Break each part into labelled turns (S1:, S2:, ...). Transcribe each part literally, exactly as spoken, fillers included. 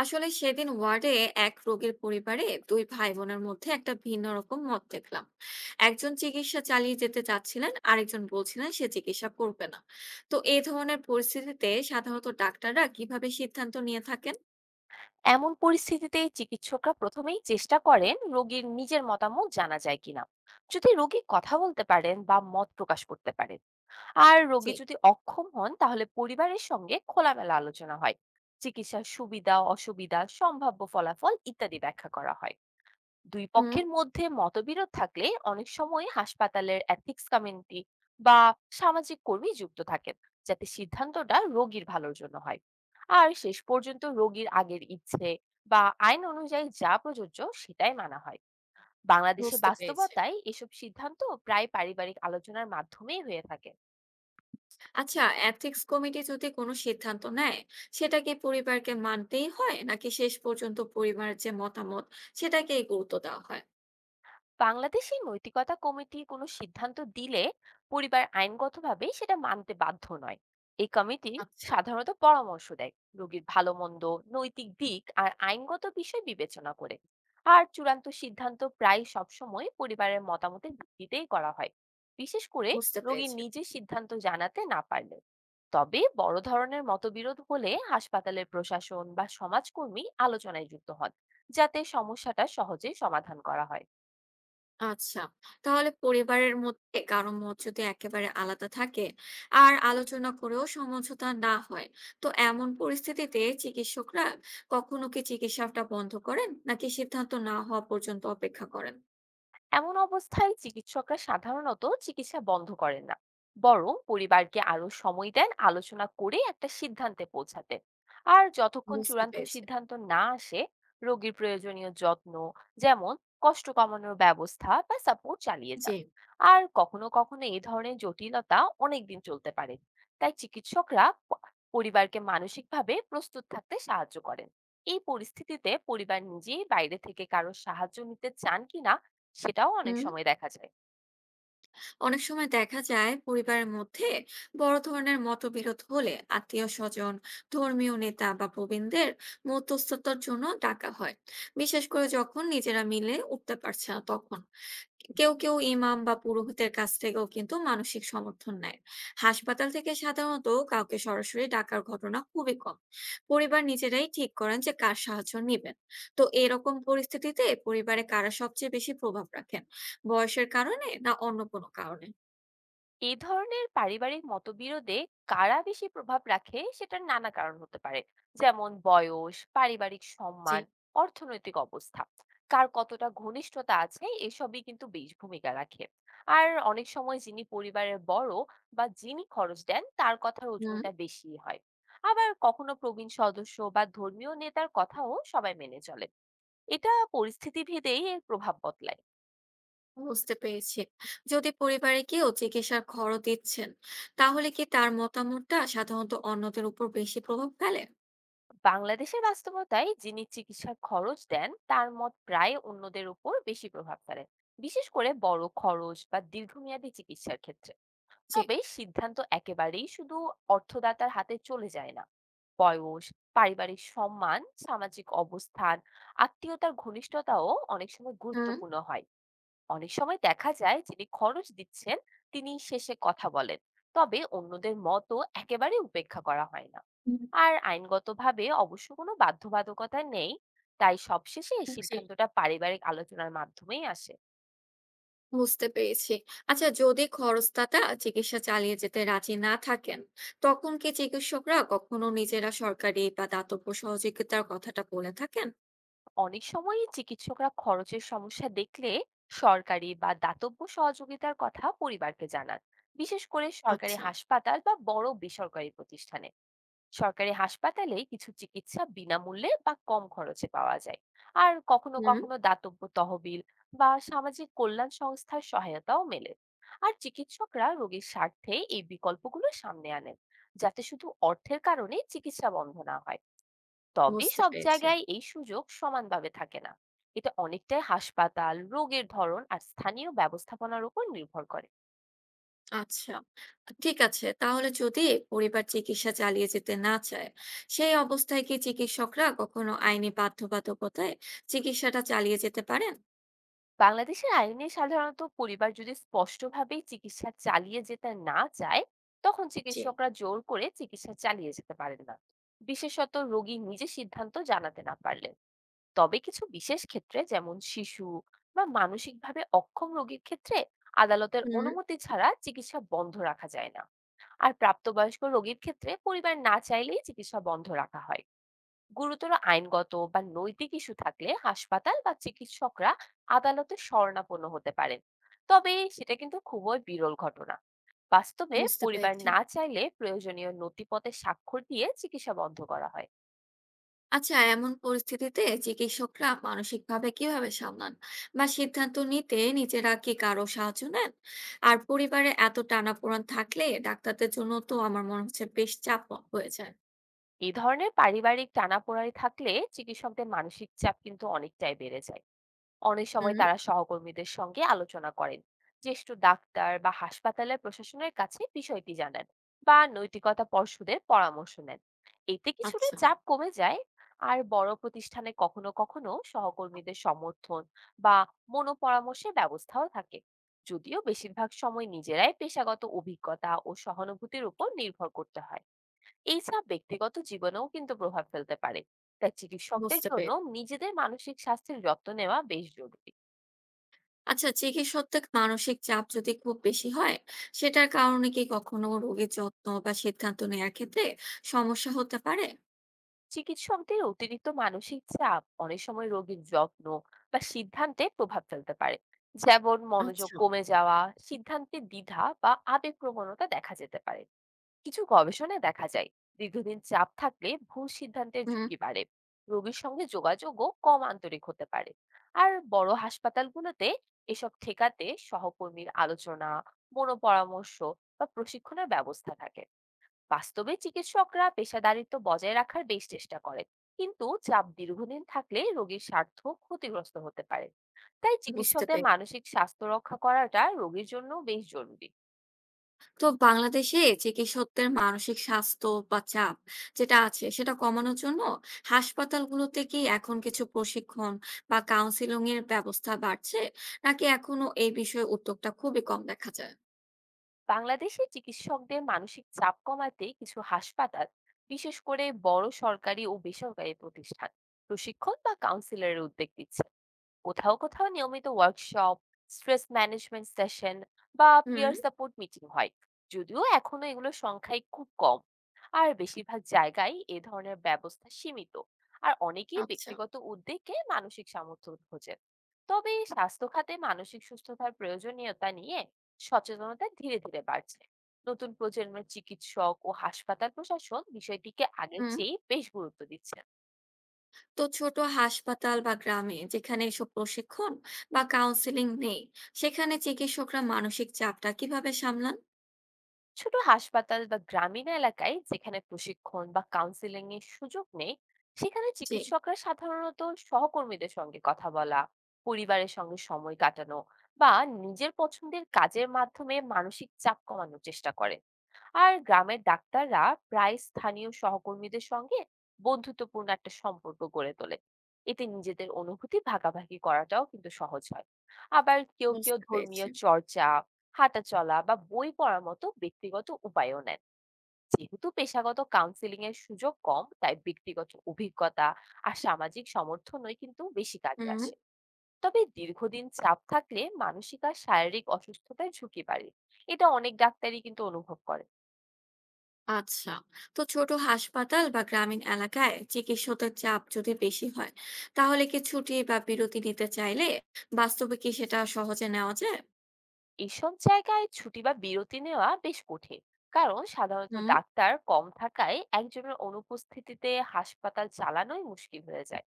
S1: আসলে সেদিন ওয়ার্ডে এক রোগীর পরিবারে দুই ভাই বোনের মধ্যে একটা ভিন্ন রকম মত দেখলাম। একজন চিকিৎসা চালিয়ে যেতে চাচ্ছিলেন, আরেকজন বলছিলেন সে চিকিৎসা করবে না। তো এই ধরনের পরিস্থিতিতে সাধারণত ডাক্তাররা কিভাবে সিদ্ধান্ত নিয়ে থাকেন?
S2: এমন পরিস্থিতিতে চিকিৎসকরা প্রথমেই চেষ্টা করেন রোগীর নিজের মতামত জানা যায় কিনা, যদি রোগী কথা বলতে পারেন বা মত প্রকাশ করতে পারেন। আর রোগী
S1: জি।
S2: যদি অক্ষম হন তাহলে পরিবারের সঙ্গে খোলামেলা আলোচনা হয়, চিকিৎসার সুবিধা অসুবিধা সম্ভাব্য ফলাফল ইত্যাদি ব্যাখ্যা করা হয়। দুই
S1: হুম।
S2: পক্ষের মধ্যে মতবিরোধ থাকলে অনেক সময় হাসপাতালের এথিক্স কমিউনিটি বা সামাজিক কর্মী যুক্ত থাকেন, যাতে সিদ্ধান্তটা রোগীর ভালোর জন্য হয়। আর শেষ পর্যন্ত রোগীর আগের ইচ্ছে বা আইন অনুযায়ী যা প্রযোজ্য সেটাই মানা হয়। বাংলাদেশের
S1: বুঝতে পেরেছি।
S2: বাস্তবতায় এসব সিদ্ধান্ত প্রায় পারিবারিক আলোচনার মাধ্যমেই হয়ে থাকে।
S1: আচ্ছা, এথিক্স কমিটি যদি কোনো সিদ্ধান্ত নেয়, সেটা কি পরিবারকে মানতেই হয়, নাকি শেষ পর্যন্ত পরিবারের যে মতামত সেটাকেই গুরুত্ব দেওয়া হয়?
S2: বাংলাদেশে নৈতিকতা কমিটি কোনো সিদ্ধান্ত দিলে পরিবার আইনগতভাবে সেটা মানতে বাধ্য নয়। এই কমিটি
S1: আচ্ছা।
S2: সাধারণত পরামর্শ দেয় রোগীর ভালো মন্দ, নৈতিক দিক আর আইনগত বিষয় বিবেচনা করে। আর চূড়ান্ত সিদ্ধান্ত প্রায় সবসময় পরিবারের মতামতের ভিত্তিতেই করা হয়, বিশেষ করে
S1: বুঝতে
S2: রোগীর
S1: পেরেছি।
S2: নিজের সিদ্ধান্ত জানাতে না পারলে। তবে বড় ধরনের মতবিরোধ হলে হাসপাতালের প্রশাসন বা সমাজকর্মী আলোচনায় যুক্ত হন, যাতে সমস্যাটা সহজে সমাধান করা হয়।
S1: আচ্ছা। তাহলে পরিবারের মধ্যে কারো মত যদি একেবারে আলাদা থাকে আর আলোচনা করেও সমঝোতা না হয়, তো এমন পরিস্থিতিতে চিকিৎসকরা কখনো কি চিকিৎসাটা বন্ধ করেন? নাকি সিদ্ধান্ত না হওয়া পর্যন্ত অপেক্ষা করেন?
S2: এমন অবস্থায় চিকিৎসকরা সাধারণত চিকিৎসা বন্ধ করেন না, বরং পরিবারকে আরো সময় দেন আলোচনা করে একটা সিদ্ধান্তে পৌঁছাতে। আর যতক্ষণ
S1: বুঝতে
S2: চূড়ান্ত
S1: পেরেছি।
S2: সিদ্ধান্ত না আসে, রোগীর প্রয়োজনীয় যত্ন, যেমন কষ্ট কমানোর ব্যবস্থা বা সাপোর্ট চালিয়ে
S1: জি।
S2: যান। আর কখনো কখনো এই ধরনের জটিলতা অনেকদিন চলতে পারে, তাই চিকিৎসকরা প- পরিবারকে মানসিকভাবে প্রস্তুত থাকতে সাহায্য করেন। এই পরিস্থিতিতে পরিবার নিজেই বাইরে থেকে কারো সাহায্য নিতে চান কিনা সেটাও অনেক
S1: হুম।
S2: সময় দেখা যায়।
S1: অনেক সময় দেখা যায় পরিবারের মধ্যে বড় ধরনের মতবিরোধ হলে আত্মীয়-স্বজন, ধর্মীয় নেতা বা প্রবীণদের মধ্যস্থতার জন্য ডাকা হয়। বিশেষ করে যখন নিজেরা মিলে উঠতে পারছে না তখন। কেউ, কেউ ইমাম বা পুরোহিতের কাছ থেকেও কিন্তু মানসিক সমর্থন নেয়। হাসপাতাল থেকে সাধারণত কাউকে সরাসরি ডাকার ঘটনা খুবই কম। পরিবার নিজেরাই ঠিক করেন যে কার সাহায্য নিবেন। তো এরকম পরিস্থিতিতে পরিবারে কারা সবচেয়ে বেশি প্রভাব রাখেন? বয়সের কারণে, না অন্য কোনো কারণে?
S2: এই ধরনের পারিবারিক মতবিরোধে কারা বেশি প্রভাব রাখে সেটার নানা কারণ হতে পারে, যেমন বয়স, পারিবারিক
S1: জি।
S2: সম্মান, অর্থনৈতিক অবস্থা, কার কতটা ঘনিষ্ঠতা আছে, এসবই কিন্তু বেশ ভূমিকা রাখে। আর অনেক সময় যিনি পরিবারের বড় বা যিনি খরচ দেন তার কথার
S1: হুম।
S2: ওজনটা বেশি হয়। আবার কখনো প্রবীণ সদস্য বা ধর্মীয় নেতার কথাও সবাই মেনে চলে। এটা পরিস্থিতি ভেদেই এর প্রভাব বদলায়।
S1: বুঝতে পেরেছি। যদি পরিবারে কেউ চিকিৎসার খরচ দিচ্ছেন, তাহলে কি তার মতামতটা সাধারণত অন্যদের উপর বেশি প্রভাব ফেলে?
S2: বাংলাদেশের বাস্তবতায় যিনি চিকিৎসার খরচ দেন তার মত প্রায় অন্যদের উপর বেশি প্রভাব ফেলে, বিশেষ করে বড় খরচ বা দীর্ঘমেয়াদী চিকিৎসার ক্ষেত্রে।
S1: জি।
S2: তবে সিদ্ধান্ত একেবারেই শুধু অর্থদাতার হাতে চলে যায় না। বয়স, পারিবারিক সম্মান, সামাজিক অবস্থান, আত্মীয়তার ঘনিষ্ঠতাও অনেক সময়
S1: হুম।
S2: গুরুত্বপূর্ণ হয়। অনেক সময় দেখা যায় যিনি খরচ দিচ্ছেন তিনি শেষে কথা বলেন, তবে অন্যদের মতও একেবারে উপেক্ষা করা হয় না।
S1: হুম।
S2: আর আইনগতভাবে অবশ্য কোনো বাধ্যবাধকতা নেই, তাই সবশেষে এই
S1: জি।
S2: সিদ্ধান্তটা পারিবারিক আলোচনার মাধ্যমেই আসে।
S1: বুঝতে পেরেছি। আচ্ছা, যদি খরচটা চিকিৎসা চালিয়ে যেতে রাজি না থাকেন, তখন কি চিকিৎসকরা কখনো নিজেরা সরকারি বা দাতব্য সহযোগিতার কথাটা বলে থাকেন?
S2: অনেক সময়ই চিকিৎসকরা খরচের সমস্যা দেখলে সরকারি বা দাতব্য সহযোগিতার কথা পরিবারকে জানান, বিশেষ করে সরকারি
S1: আচ্ছা।
S2: হাসপাতাল বা বড় বেসরকারি প্রতিষ্ঠানে। সরকারি হাসপাতালে কিছু চিকিৎসা বিনামূল্যে বা কম খরচে পাওয়া যায়। আর কখনো
S1: হুম।
S2: কখনো দাতব্য তহবিল বা সামাজিক কল্যাণ সংস্থার সহায়তাও মেলে। আর চিকিৎসকরা রোগীর স্বার্থে এই বিকল্পগুলো সামনে আনেন, যাতে শুধু অর্থের কারণে চিকিৎসা বন্ধ না হয়। তবে
S1: বুঝতে
S2: সব
S1: পেরেছি।
S2: জায়গায় এই সুযোগ সমানভাবে থাকে না। এটা অনেকটাই হাসপাতাল, রোগের ধরন আর স্থানীয় ব্যবস্থাপনার উপর নির্ভর করে।
S1: আচ্ছা, ঠিক আছে। তাহলে যদি পরিবার চিকিৎসা চালিয়ে যেতে না চায়, সেই অবস্থায় কি চিকিৎসকরা কখনো আইনি বাধ্যবাধকতায় চিকিৎসাটা চালিয়ে যেতে পারেন?
S2: বাংলাদেশের আইনে সাধারণত পরিবার যদি স্পষ্টভাবেই চিকিৎসা চালিয়ে যেতে না চায়, তখন
S1: জি।
S2: চিকিৎসকরা জোর করে চিকিৎসা চালিয়ে যেতে পারেন না, বিশেষত রোগী নিজে সিদ্ধান্ত জানাতে না পারলে। তবে কিছু বিশেষ ক্ষেত্রে, যেমন শিশু বা মানসিকভাবে অক্ষম রোগীর ক্ষেত্রে, আদালতের
S1: হুম।
S2: অনুমতি ছাড়া চিকিৎসা বন্ধ রাখা যায় না। আর প্রাপ্তবয়স্ক রোগীর ক্ষেত্রে পরিবার না চাইলেই চিকিৎসা বন্ধ রাখা হয়। গুরুতর আইনগত বা নৈতিক ইস্যু থাকলে হাসপাতাল বা চিকিৎসকরা আদালতে শরণাপন্ন হতে পারেন, তবে সেটা কিন্তু খুবই বিরল ঘটনা। বাস্তবে
S1: বুঝতে
S2: পরিবার
S1: পেরেছি।
S2: না চাইলে প্রয়োজনীয় নথিপত্রে স্বাক্ষর দিয়ে চিকিৎসা বন্ধ করা হয়।
S1: আচ্ছা, এমন পরিস্থিতিতে চিকিৎসকরা মানসিকভাবে কিভাবে সামলান, বা সিদ্ধান্ত নিতে নিজেরা কি কারো সাহায্য নেন? আর পরিবারে এত টানাপোড়েন থাকলে ডাক্তারদের জন্য তো আমার মনে হচ্ছে বেশ চাপ হয়ে যায়।
S2: এই ধরনের পারিবারিক টানাপোড়াই থাকলে চিকিৎসকদের মানসিক চাপ কিন্তু অনেকটাই বেড়ে যায়। অনেক সময়
S1: হুম।
S2: তারা সহকর্মীদের সঙ্গে আলোচনা করেন, জ্যেষ্ঠ ডাক্তার বা হাসপাতালের প্রশাসনের কাছে বিষয়টি জানান, বা নৈতিকতা পর্ষদের পরামর্শ নেন। এতে কিছুটা
S1: আচ্ছা।
S2: চাপ কমে যায়। আর বড় প্রতিষ্ঠানে কখনো কখনো সহকর্মীদের সমর্থন বা মনোপরামর্শের ব্যবস্থাও থাকে, যদিও বেশিরভাগ সময় নিজেরাই পেশাগত অভিজ্ঞতা ও সহানুভূতির উপর নির্ভর করতে হয়। এই চাপ ব্যক্তিগত জীবনেও কিন্তু প্রভাব ফেলতে পারে, তাই চিকিৎসকদের
S1: বুঝতে
S2: জন্য
S1: পেরেছি।
S2: নিজেদের মানসিক স্বাস্থ্যের যত্ন নেওয়া বেশ জরুরি।
S1: আচ্ছা, চিকিৎসকদের মানসিক চাপ যদি খুব বেশি হয়, সেটার কারণে কি কখনো রোগীর যত্ন বা সিদ্ধান্ত নেওয়ার ক্ষেত্রে সমস্যা হতে পারে?
S2: চিকিৎসকদের অতিরিক্ত মানসিক চাপ অনেক সময় রোগীর যত্ন বা সিদ্ধান্তে প্রভাব ফেলতে পারে, যেমন মনোযোগ
S1: আচ্ছা।
S2: কমে যাওয়া, সিদ্ধান্তে দ্বিধা বা আবেগ প্রবণতা দেখা যেতে পারে। কিছু গবেষণায় দেখা যায় দীর্ঘদিন চাপ থাকলে ভুল সিদ্ধান্তের
S1: হুম।
S2: ঝুঁকি বাড়ে, রোগীর সঙ্গে যোগাযোগও কম আন্তরিক হতে পারে। আর বড় হাসপাতালগুলোতে এসব ঠেকাতে সহকর্মীর আলোচনা, মনোপরামর্শ বা প্রশিক্ষণের ব্যবস্থা থাকে। বাস্তবে চিকিৎসকরা পেশাদারিত্ব বজায় রাখার বেশ চেষ্টা করেন, কিন্তু চাপ দীর্ঘদিন থাকলে রোগীর স্বার্থ ক্ষতিগ্রস্ত হতে পারে। তাই
S1: বুঝতে
S2: চিকিৎসকদের
S1: পেরেছি।
S2: মানসিক স্বাস্থ্য রক্ষা করাটা রোগীর জন্য বেশ জরুরি।
S1: তো বাংলাদেশে চিকিৎসকদের মানসিক স্বাস্থ্য বা চাপ যেটা আছে সেটা কমানোর জন্য হাসপাতালগুলোতে কি এখন কিছু প্রশিক্ষণ বা কাউন্সিলিং এর ব্যবস্থা বাড়ছে, নাকি এখনো এই বিষয়ে উদ্যোগটা খুবই কম দেখা যায়?
S2: বাংলাদেশে চিকিৎসকদের মানসিক চাপ কমাতে কিছু হাসপাতাল, বিশেষ করে বড় সরকারি ও বেসরকারি প্রতিষ্ঠান, প্রশিক্ষণ বা কাউন্সিলরের উদ্যোগ দিচ্ছে। কোথাও কোথাও নিয়মিত ওয়ার্কশপ, স্ট্রেস ম্যানেজমেন্ট সেশন বা
S1: হুম।
S2: পিয়ার সাপোর্ট মিটিং হয়, যদিও এখনো এগুলোর সংখ্যাই খুব কম। আর বেশিরভাগ জায়গায় এ ধরনের ব্যবস্থা সীমিত, আর অনেকেই
S1: আচ্ছা।
S2: ব্যক্তিগত উদ্যোগে মানসিক সামর্থ্য খোঁজেন। তবে স্বাস্থ্য খাতে মানসিক সুস্থতার প্রয়োজনীয়তা নিয়ে সচেতনতা ধীরে ধীরে বাড়ছে। নতুন প্রজন্মের চিকিৎসক ও হাসপাতাল প্রশাসন বিষয়টিকে আগের
S1: হুম।
S2: চেয়ে বেশ গুরুত্ব দিচ্ছে।
S1: তো ছোট হাসপাতাল বা গ্রামে যেখানে এসব প্রশিক্ষণ বা কাউন্সিলিং নেই, সেখানে চিকিৎসকরা মানসিক চাপটা কিভাবে সামলান?
S2: ছোট হাসপাতাল বা গ্রামীণ এলাকায় যেখানে প্রশিক্ষণ বা কাউন্সিলিং এর সুযোগ নেই, সেখানে
S1: জি।
S2: চিকিৎসকরা সাধারণত সহকর্মীদের সঙ্গে কথা বলা, পরিবারের সঙ্গে সময় কাটানো বা নিজের পছন্দের কাজের মাধ্যমে মানসিক চাপ কমানোর চেষ্টা করে। আর গ্রামের ডাক্তাররা প্রায় স্থানীয় সহকর্মীদের সঙ্গে বন্ধুত্বপূর্ণ একটা সম্পর্ক গড়ে তোলে, এতে নিজেদের অনুভূতি ভাগাভাগি করাটাও কিন্তু সহজ হয়। আবার কেউ কেউ
S1: বুঝতে
S2: ধর্মীয়
S1: পেরেছি।
S2: চর্চা, হাঁটাচলা বা বই পড়ার মতো ব্যক্তিগত উপায়ও নেন। যেহেতু পেশাগত কাউন্সিলিং এর সুযোগ কম, তাই ব্যক্তিগত অভিজ্ঞতা আর সামাজিক সমর্থনই কিন্তু বেশি কাজে
S1: হুম।
S2: আসে। তবে দীর্ঘদিন চাপ থাকলে মানসিক আর শারীরিক অসুস্থতার ঝুঁকি বাড়ে, এটা অনেক ডাক্তারই কিন্তু অনুভব করে।
S1: আচ্ছা, তো ছোট হাসপাতাল বা গ্রামীণ এলাকায় চিকিৎসকদের চাপ যদি বেশি হয়, তাহলে কি ছুটি বা বিরতি নিতে চাইলে বাস্তবে কি সেটা সহজে নেওয়া যায়?
S2: এসব জায়গায় ছুটি বা বিরতি নেওয়া বেশ কঠিন, কারণ সাধারণত
S1: হুম।
S2: ডাক্তার কম থাকায় একজনের অনুপস্থিতিতে হাসপাতাল চালানোই মুশকিল হয়ে যায়।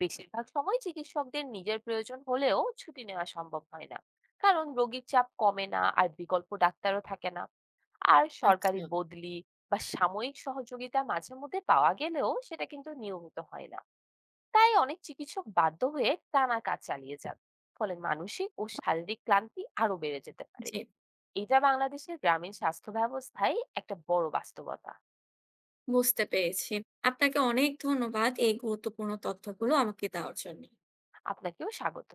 S2: বেশিরভাগ সময় চিকিৎসকদের নিজের প্রয়োজন হলেও ছুটি নেওয়া সম্ভব হয় না, কারণ রোগীর চাপ কমে না আর বিকল্প ডাক্তারও থাকে না। আর সরকারি
S1: আচ্ছা।
S2: বদলি বা সাময়িক সহযোগিতা মাঝে মধ্যে পাওয়া গেলেও সেটা কিন্তু নিয়মিত হয় না, তাই অনেক চিকিৎসক বাধ্য হয়ে টানা কাজ চালিয়ে যান। ফলে মানসিক ও শারীরিক ক্লান্তি আরো বেড়ে যেতে পারে।
S1: জি।
S2: এটা বাংলাদেশের গ্রামীণ স্বাস্থ্য ব্যবস্থায় একটা বড় বাস্তবতা।
S1: বুঝতে পেরেছি। আপনাকে অনেক ধন্যবাদ এই গুরুত্বপূর্ণ তথ্যগুলো আমাকে দেওয়ার জন্য।
S2: আপনাকেও স্বাগত।